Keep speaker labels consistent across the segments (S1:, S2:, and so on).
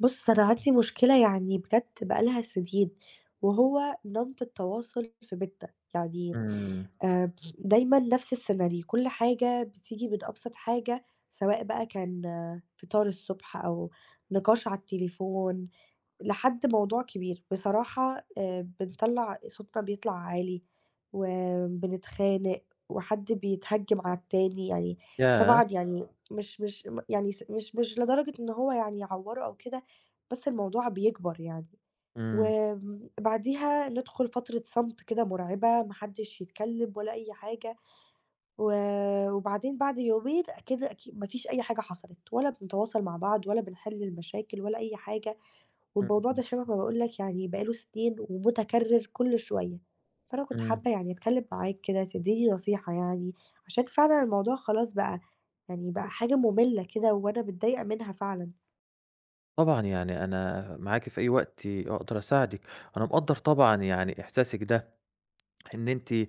S1: بُص، أنا عندي مشكلة يعني بجد بقى لها سنين، وهو نمط التواصل في بيتنا، يعني
S2: إمم.
S1: آآ دايمًا نفس السيناريو، كل حاجة بتيجي من أبسط حاجة، سواء بقى كان آه، فطار الصبح أو نقاش على التليفون لحد موضوع كبير، بصراحة بنطلّع صوتنا بيطلع عالي، وبنتخانق، وحد بيتهجم على التاني، يعني
S2: ياه!
S1: طبعًا يعني مش م يعني س مش لدرجة إن هو يعني يعوّره أو كده، بس الموضوع بيكبر يعني،
S2: إمم.
S1: وآمم بعديها ندخل فترة صمت كده مرعبة، ما حدش يتكلم ولا أي حاجة، و وبعدين بعد يومين كده أكي ما فيش أي حاجة حصلت، ولا بنتواصل مع بعض، ولا بنحل المشاكل، ولا أي حاجة. والموضوع
S2: إمم.
S1: ده شبه ما باقول لك يعني بقى له سنين ومتكرر كل شوية، فأنا كنت
S2: إمم.
S1: حابة يعني أتكلم معاك كده تدّيني نصيحة يعني، عشان فعلًا الموضوع خلاص بقى يعني بقى حاجة مُمِلّة كده وأنا متضايقة منها فعلًا.
S2: طبعًا يعني أنا معاكِ في أي وقت أقدر أساعدِك، أنا مقدّر طبعًا يعني إحساسِك ده، إن أنتِ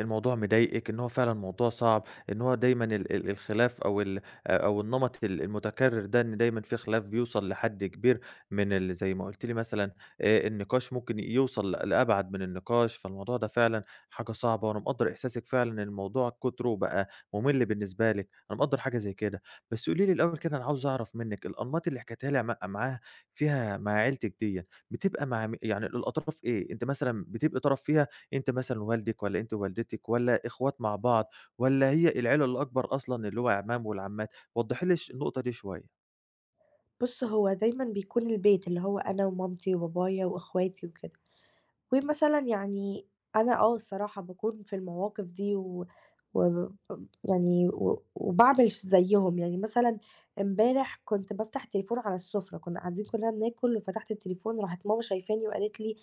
S2: الموضوع مضايقِك، إن هو فعلًا موضوع صعب، إن هو دايمًا ال الخلاف أو ال أ أو النمط المتكرر ده، إن دايمًا في خلاف بيوصل لحد كبير من زي ما قُلتِ لي مثلًا النقاش ممكن يوصل لأبعد من النقاش، فالموضوع ده فعلًا حاجة صعبة، وأنا مقدّر إحساسِك فعلًا إن الموضوع كتره بقى مُمِل بالنسبة لِك، أنا مقدّر حاجة زي كده. بس قولي لي الأول كده أنا عاوز أعرف منِّك الأنماط اللي حكيتيها لي مع معاها فيها مع عيلتِك ديّة، بتبقى مع م يعني الأطراف إيه؟ أنتِ مثلًا بتبقي طرف فيها أنت مثلًا والدِك والّا أنتِ ووالدتِك والّا إخوات مع بعض والّا هي العيلة الأكبر أصلًا اللي هو العمام والعمّات؟ وضّحي لي النقطة دي شوية.
S1: بُص هو دايمًا بيكون البيت، اللي هو أنا ومامتي وبابايا وأخواتي وكده. ومثلًا يعني أنا آه الصراحة باكون في المواقف دي و يعني وباعمل ش زيّهم، يعني مثلًا امبارح كنت بافتح التليفون على السفرة، كنا قاعدين كلنا بناكل وفتحت التليفون راحت ماما شايفاني وقالت لي: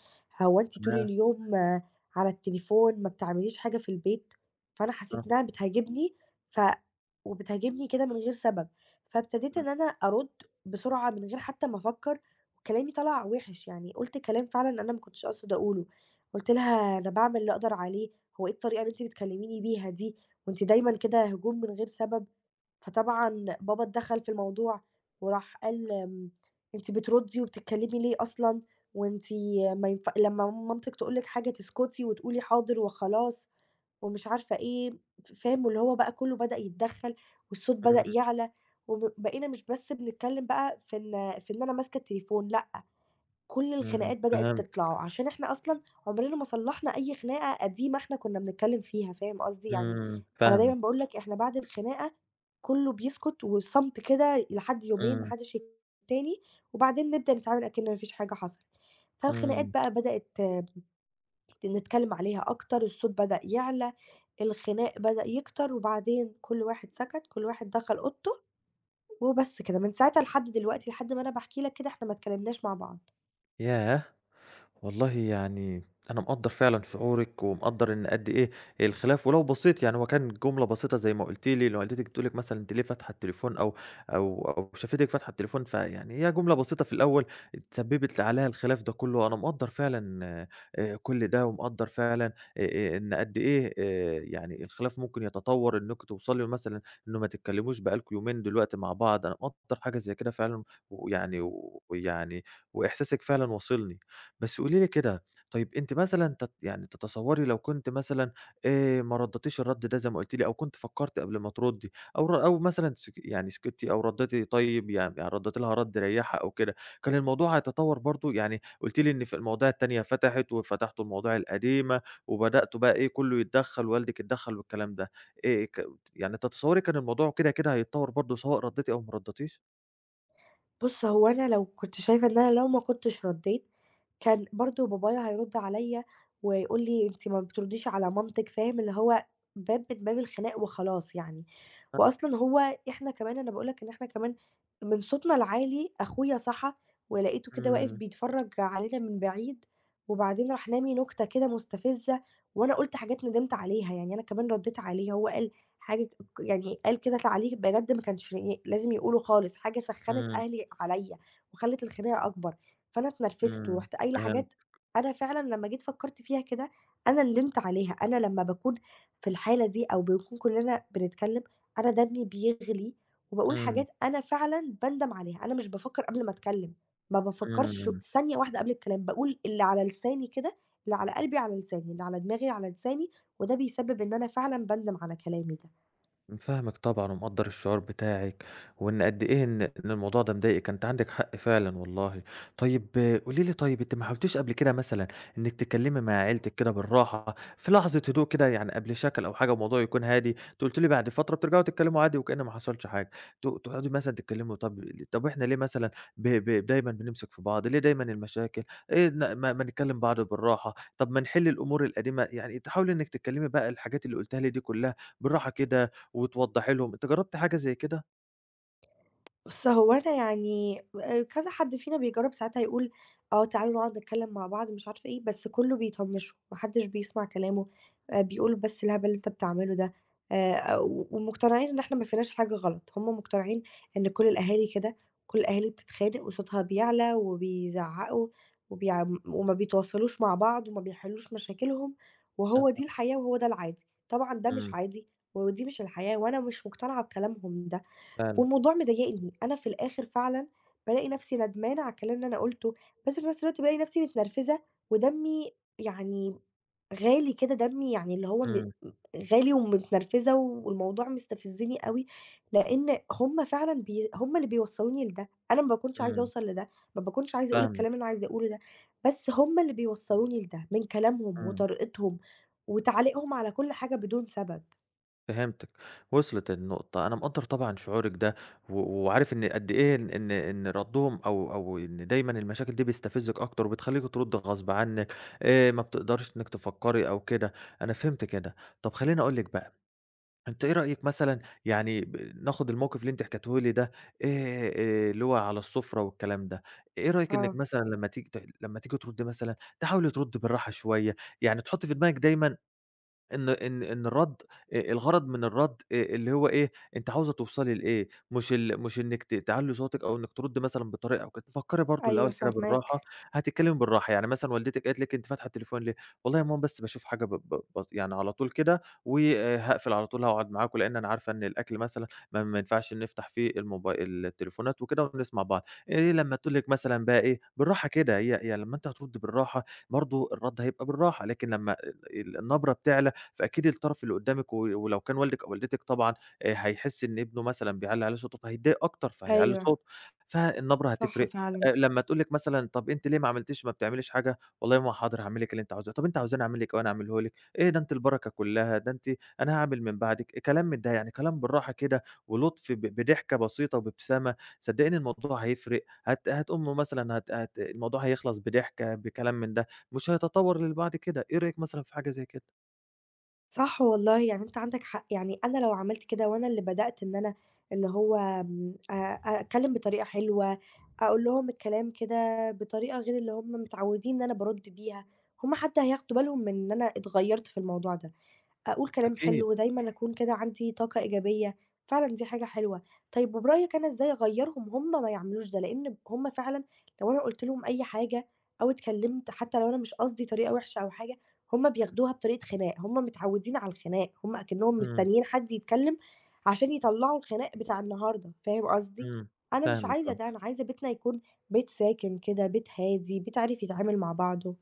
S1: "هو أنتِ طول
S2: تمام.
S1: اليوم آه، على التليفون، ما بتعمليش حاجة في البيت؟" فأنا
S2: آه.
S1: حسيت إنها بتهاجمني ف وبتهاجمني كده من غير سبب، فابتديت
S2: إمم.
S1: إن أنا أرُد بسرعة من غير حتى ما أفكّر كلامي طلع وِحِش، يعني قُلت كلام فعلًا أنا ما كنتش أقصد أقوله، قُلت لها: "أنا باعمل اللي أقدر عليه، هو إيه الطريقة اللي أنتِ بتكلميني بيها دي؟ وأنتِ دايمًا كده هجوم من غير سبب." فطبعًا بابا اتدخل في الموضوع وراح قال: أنتِ بتردّي وبتتكلمي ليه أصلًا؟ وأنتِ ما ينف لمّا مامتِك تقول لِك حاجة تسكتي وتقولي حاضر وخلاص." ومش عارفة إيه، فاهم؟ واللي هو بقى كله بدأ يتدخل والصوت بدأ
S2: إمم.
S1: يعلى، وب بقينا مش بس بنتكلم بقى في إن أنا ماسكة التليفون، لأ كل
S2: إمم.
S1: الخناقات بدأت
S2: فهمت.
S1: تطلع، عشان إحنا أصلًا عمرنا ما صلّحنا أي خناقة قديمة إحنا كنا بنتكلّم فيها، فاهم قصدي؟ يعني
S2: إمم.
S1: أنا دايمًا
S2: فاهمِك.
S1: باقول لك إحنا بعد الخناقة كُلّه بيسكت والصمت كده لحد يومين ما
S2: إمم.
S1: حدّش يتكلّم تاني، وبعدين نبدأ نتعامل أكِن ما فيش حاجة حصلت. فالخناقات
S2: إمم.
S1: بقى بدأت نتكلّم عليها أكتر، الصوت بدأ يعلى، الخناق بدأ يكتر، وبعدين كل واحد سكت، كل واحد دخل أوضته، وبس كده، من ساعتها لحد دلوقتي، لحد ما أنا باحكي لك كده إحنا ما اتكلّمناش مع بعض.
S2: ياه! والله يعني أنا مقدّر فعلًا شعورِك، ومقدّر إن قد إيه الخلاف ولو بسيط، يعني هو كان جملة بسيطة زي ما قُلتِ لي، اللي والدتِك بتقول لِك مثلًا أنتِ ليه فاتحة التليفون أو شافتِك فاتحة التليفون، فيعني هي جملة بسيطة في الأول اتسببت عليها الخلاف ده كلّه، أنا مقدّر فعلًا كل ده، ومقدّر فعلًا إن قد إيه يعني الخلاف ممكن يتطوّر إنكم توصلوا مثلًا إنه ما تتكلموش بقى لكم يومين دلوقتي مع بعض، أنا مقدّر حاجة زي كده فعلًا، ويعني ويعني وإحساسِك فعلًا واصلني. بس قولي لي كده، طيب أنتِ مثلًا يعني تتصوّري لو كنت مثلًا ما ردّيتيش الرَد ده زي ما قُلتِ لي أو كنت فكّرتِ قبل ما تردّي أو أو مثلًا يعني سكتّي أو ردّيتِ طيب، يعني ردّيتِ لها رَد ريّحها أو كده، كان الموضوع هيتطوّر برضه؟ يعني قُلتِ لي إن في المواضيع التانية فتحت وفتحتوا المواضيع القديمة وبدأتوا بقى إيه، كُلّه يتدخّل، والدِك اتدخّل والكلام ده، ك يعني تتصوّري كان الموضوع كده، كده هيتطوّر برضه سواء ردّيتِ أو ما ردّيتيش؟
S1: بُص، هو أنا لو كنت شايفة إن أنا لو ما كنتش ردّيت، كان برضه بابايا هيرُد عليّا ويقول لي: "أنتِ ما بترديش على مامتِك." فاهم؟ اللي هو باب من باب الخناق وخلاص يعني.
S2: أ
S1: وأصلًا هو إحنا كمان أنا باقول لك إن إحنا كمان من صوتنا العالي أخويا صحى ولقيته كده واقف
S2: إمم.
S1: بيتفرّج علينا من بعيد، وبعدين راح رامي نُكتة كده مستفزة وأنا قُلت حاجات ندمت عليها، يعني أنا كمان ردّيت عليه، هو قال حاجة يعني قال كده تعليق بجد ما كانش ي لازم يقوله خالص، حاجة سخّنت
S2: إمم.
S1: أهلي عليّا وخلّت الخناقة أكبر، فأنا اتنرفزت
S2: إمم.
S1: ورُحت قايلة
S2: فهمت.
S1: حاجات أنا فعلًا لمّا جيت فكّرت فيها كده، أنا ندمت عليها، أنا لمّا باكون في الحالة دي أو بنكون كُلّنا بنتكلّم، أنا دمي بيغلي وباقول
S2: إمم.
S1: حاجات أنا فعلًا باندم عليها، أنا مش بافكّر قبل ما أتكلّم، ما بافكّرش
S2: إمم.
S1: ثانية واحدة قبل الكلام، باقول اللي على لساني كده، اللي على قلبي على لساني، اللي على دماغي على لساني، وده بيسبب إن أنا فعلًا باندم على كلامي ده.
S2: فاهمِك طبعًا ومقدّر الشعور بتاعِك، وإن قد إيه إن الموضوع ده مضايقِك، أنتِ عندِك حق فعلًا والله. طيب قولي لي طيب أنتِ ما حاولتيش قبل كده مثلًا إنِّك تتكلّمي مع عيلتِك كده بالراحة، في لحظة هدوء كده يعني قبل شَكَل أو حاجة والموضوع يكون هادي، أنتِ قُلتِ لي بعد فترة بترجعوا تتكلّموا عادي وكأن ما حصلش حاجة، تقعدوا مثلًا تتكلّموا طَب إحنا ليه مثلًا ب ب دايمًا بنمسك في بعض، ليه دايمًا المشاكل، إيه ما نكلّم بعض بالراحة، طَب ما نحِل الأمور القديمة، يعني تحاولي إنِّك تتكلّمي بقى الحاجات اللي قُلتيها لي دي كُلّها بالراحة كده وتوضّحي لهم، أنتِ جرّبتِ حاجة زي كده؟
S1: بُص، هو أنا يعني كذا حد فينا بيجرّب ساعتها يقول آه، تعالوا نقعد نتكلّم مع بعض مش عارفة إيه، بس كُلّه بيطنّشه، ما حدّش بيسمع كلامه، بيقول بس الهبل اللي أنت بتعمله ده و ومقتنعين إن إحنا ما فيناش حاجة غلط، هم مقتنعين إن كل الأهالي كده، كل الأهالي بتتخانق وصوتها بيعلى وبيزعّقوا وما بيتواصلوش مع بعض وما بيحلّوش مشاكلهم، وهو
S2: آه.
S1: دي الحياة وهو ده العادي، طبعًا ده مش
S2: إمم.
S1: عادي ودي مش الحياة وأنا مش مقتنعة بكلامهم ده.
S2: فعلًا.
S1: والموضوع مضايقني، أنا في الآخر فعلًا بالاقي نفسي ندمانة على الكلام اللي أنا قُلته، بس في نفس الوقت بالاقي نفسي متنرفزة ودمي يعني غالي كده، دمي يعني اللي هو م
S2: إمم.
S1: م غالي ومتنرفزة والموضوع مستفزني أوي، لإن هُم فعلًا هُم اللي بيوصّلوني لده، أنا ما باكونش عايزة
S2: إمم.
S1: أوصل لده، ما باكونش عايزة أقول الكلام
S2: فاهمِك.
S1: اللي أنا عايزة أقوله ده، بس هُم اللي بيوصّلوني لده من كلامهم
S2: إمم.
S1: وطريقتهم وتعليقهم على كل حاجة بدون سبب.
S2: فهمتِك، وصلت النقطة، أنا مقدّر طبعًا شعورِك ده، و وعارف إن قد إيه إن ردّهم أو أو إن دايمًا المشاكل دي بتستفزِّك أكتر وبتخلّيكِ تردّي غصب عنِّك، ما بتقدريش إنِّك تفكّري أو كده، أنا فهمت كده. طَب خلّيني أقول لِك بقى أنتِ إيه رأيِك مثلًا يعني ناخد الموقف اللي أنتِ حكيتيه لي ده آآ، اللي هو على السفرة والكلام ده، إيه رأيِك إنِّك
S1: آه،
S2: مثلًا لمّا تيجي تردّي مثلًا تحاولي تردّي بالراحة شوية، يعني تحطّي في دماغِك دايمًا إن الرَّد الغرض من الرَّد اللي هو إيه، أنتِ عاوزة توصلي لإيه، مش إنِّك تعلّي صوتِك أو إنِّك تردّي مثلًا بطريقة أو كده، فكّري برضه
S1: أيوه
S2: الأول كده بالراحة،
S1: فاهماك.
S2: هتتكلّمي بالراحة، يعني مثلًا والدتِك قالت لِك أنتِ فاتحة التليفون ليه؟ والله يا ماما بس باشوف حاجة ب ب بس يعني على طول كده وهاقفل على طول هاقعد معاكم، لإن أنا عارفة إن الأكل مثلًا ما ينفعش نفتح فيه التليفونات وكده ونسمع بعض، إيه لمّا تقول لِك مثلًا بقى إيه، بالراحة كده، هي لمّا أنتِ هتردّي بالراحة برضه الرَّد هيبقى بالراحة، لكن لمّا النبرة بتعلى فأكيد الطرف اللي قدّامِك ولو كان والدِك أو والدتِك طبعًا هيحس إن ابنه مثلًا بيعلّي عليه صوته فهيتضايق أكتر، فهيعلّي
S1: أيوه،
S2: صوته، فالنبرة
S1: صح
S2: هتفرق.
S1: فعلًا.
S2: لمّا تقول لِك مثلًا طَب أنتِ ليه ما بتعمليش حاجة؟ والله يا ماما حاضر هاعمل لِك اللي أنتِ عاوزاه، طَب أنتِ عاوزاني أعمل لِك إيه وأنا أعمله لِك؟ إيه ده أنتِ البركة كلّها، ده أنتِ أنا هاعمل من بعدِك، كلام من ده، يعني كلام بالراحة كده ولُطف بضحكة بسيطة وبابتسامة، صدّقيني الموضوع هيفرق. هتقوم مثلًا هت هت الموضوع هيخلص بضحكة، بكلام من ده، مش هيتطوّر للبعد كده، إيه رأيِك مثلًا في حاجة زي كده؟
S1: صح والله، يعني أنت عندك حق، يعني أنا لو عملت كده وأنا اللي بدأت إن أنا اللي هو آمم، أ أتكلّم بطريقة حلوة، أقول لهم الكلام كده بطريقة غير اللي هُم متعودين إن أنا بارُد بيها، هُم حتى هياخدوا بالهم من إن أنا اتغيّرت في الموضوع ده. أقول كلام
S2: أكيد.
S1: حلو، دايمًا أكون كده عندي طاقة إيجابية، فعلًا دي حاجة حلوة. طيب وبرأيك أنا إزاي أغيّرهم هُم ما يعملوش ده؟ لإن هُم فعلًا لو أنا قُلت لهم أي حاجة أو اتكلمت حتى لو أنا مش قصدي طريقة وحشة أو حاجة، هُم
S2: إمم.
S1: بياخدوها بطريقة خناق، هُم متعودين على الخناق، هُم أكنهم
S2: إمم.
S1: مستنيين حد يتكلم عشان يطلّعوا الخناق بتاع النهارده، فاهم قصدي؟
S2: إمم.
S1: أنا مش
S2: فاهمِك
S1: عايزة
S2: آه.
S1: ده، أنا عايزة بيتنا يكون بيت ساكن كده، بيت هادي، بيت عارف يتعامل مع بعضه.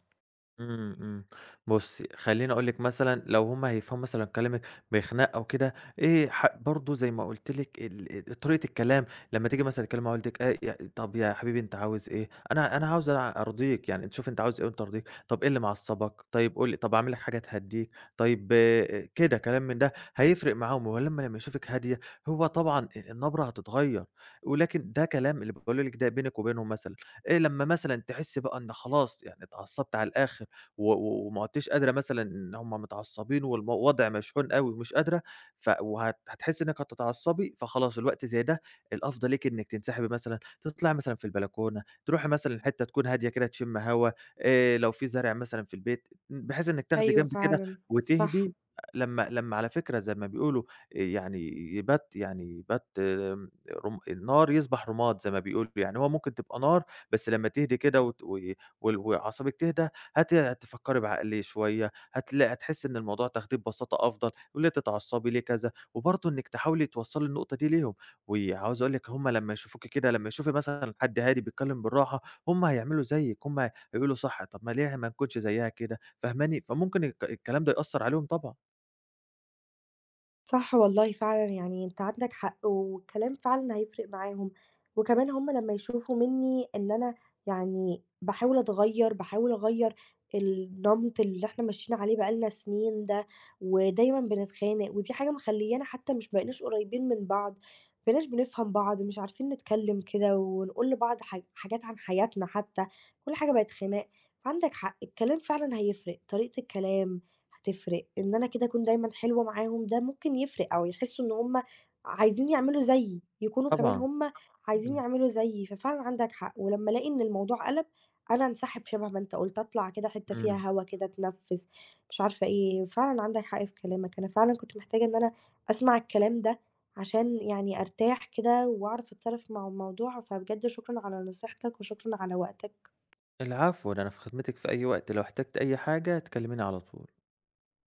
S2: إمم. إمم. بُصّي، خلّيني أقول لِك مثلًا لو هُم هيفهموا مثلًا كلامِك بخناق أو كده، إيه برضه زي ما قُلت لِك طريقة الكلام لمّا تيجي مثلًا تتكلّمي مع والدِك ي "طب يا حبيبي أنت عاوز إيه؟ أنا عاوز أرضيك، يعني أنت شوف أنت عاوز إيه وأنا أرضيك، طب إيه اللي معصّبك؟ طيب قُل لي، طب أعمل لك حاجة تهدّيك؟" طيب كده كلام من ده هيفرق معاهم، ولمّا يشوفِك هادية، هو طبعًا النبرة هتتغيّر، ولكن ده كلام اللي باقوله لِك ده بينِك وبينهم مثلًا. لمّا مثلًا تحسّي بقى إن خلاص يعني اتعصّبتِ على الآخر و و وما عدتيش قادرة مثلًا إن هم متعصبين والوضع مشحون أوي ومش قادرة، ف وهت هتحسي إنِّك هتتعصبي، فخلاص الوقت زي ده الأفضل ليكِ إنِّك تنسحبي مثلًا، تطلعي مثلًا في البلكونة، تروحي مثلًا حتة تكون هادية كده تشمي هوا، لو في زرع مثلًا في البيت، بحيث إنِّك تاخدي
S1: أيوه
S2: جنب كده
S1: فعلًا، صح.
S2: وتهدي. لمّا على فكرة زي ما بيقولوا يعني يبات النار يصبح رماد زي ما بيقولوا، يعني هو ممكن تبقى نار بس لمّا تهدي كده وت و وال وأعصابِك تهدى هتفكّري بعقل شوية، هتحسّي إن الموضوع تاخديه ببساطة أفضل، وليه تتعصّبي، ليه كذا، وبرضه إنِّك تحاولي توصّلي النقطة دي ليهم، وعاوز أقول لِك هُم لمّا يشوفوكِ كده، لمّا يشوفي مثلًا حد هادي بيتكلّم بالراحة، هُم هيعملوا زيِّك، هُم هيقولوا صح، طَب ما ليه ما نكونش زيّها كده، فاهماني؟ فممكن الكلام ده يأثّر عليهم طبعًا،
S1: صح والله فعلًا، يعني أنت عندك حق، والكلام فعلًا هيفرق معاهم، وكمان هُم لمّا يشوفوا منّي إن أنا يعني باحاول أتغيّر، باحاول أغيّر النمط اللي إحنا ماشيين عليه بقى لنا سنين ده، ودايمًا بنتخانق، ودي حاجة مخلّيانا حتى مش بقيناش قريبين من بعض، ما بقيناش بنفهم بعض، مش عارفين نتكلم كده ونقول لبعض حاجات عن حياتنا حتى، كل حاجة بقت خناق، فعندك حق، الكلام فعلًا هيفرق، طريقة الكلام هتفرق، إن أنا كده أكون دايمًا حلوة معاهم ده ممكن يفرق أو يحسّوا إن هُم عايزين يعملوا زيي، يكونوا كمان
S2: طبعًا.
S1: هُم عايزين
S2: إمم.
S1: يعملوا زيي، ففعلًا عندك حق، ولمّا ألاقي إن الموضوع قَلَب أنا أنسحب شبه ما أنت قُلت، أطلع كده حتّة فيها
S2: إمم.
S1: هوا كده أتنفّس، مش عارفة إيه، فعلًا عندك حق في كلامك، أنا فعلًا كنت محتاجة إن أنا أسمع الكلام ده عشان يعني أرتاح كده وأعرف أتصرّف مع الموضوع، فبجد شكرًا على نصيحتك وشكرًا على وقتك.
S2: العفو، ده أنا في خدمتِك في أي وقت، لو احتجتِ أي حاجة تكلّميني على طول.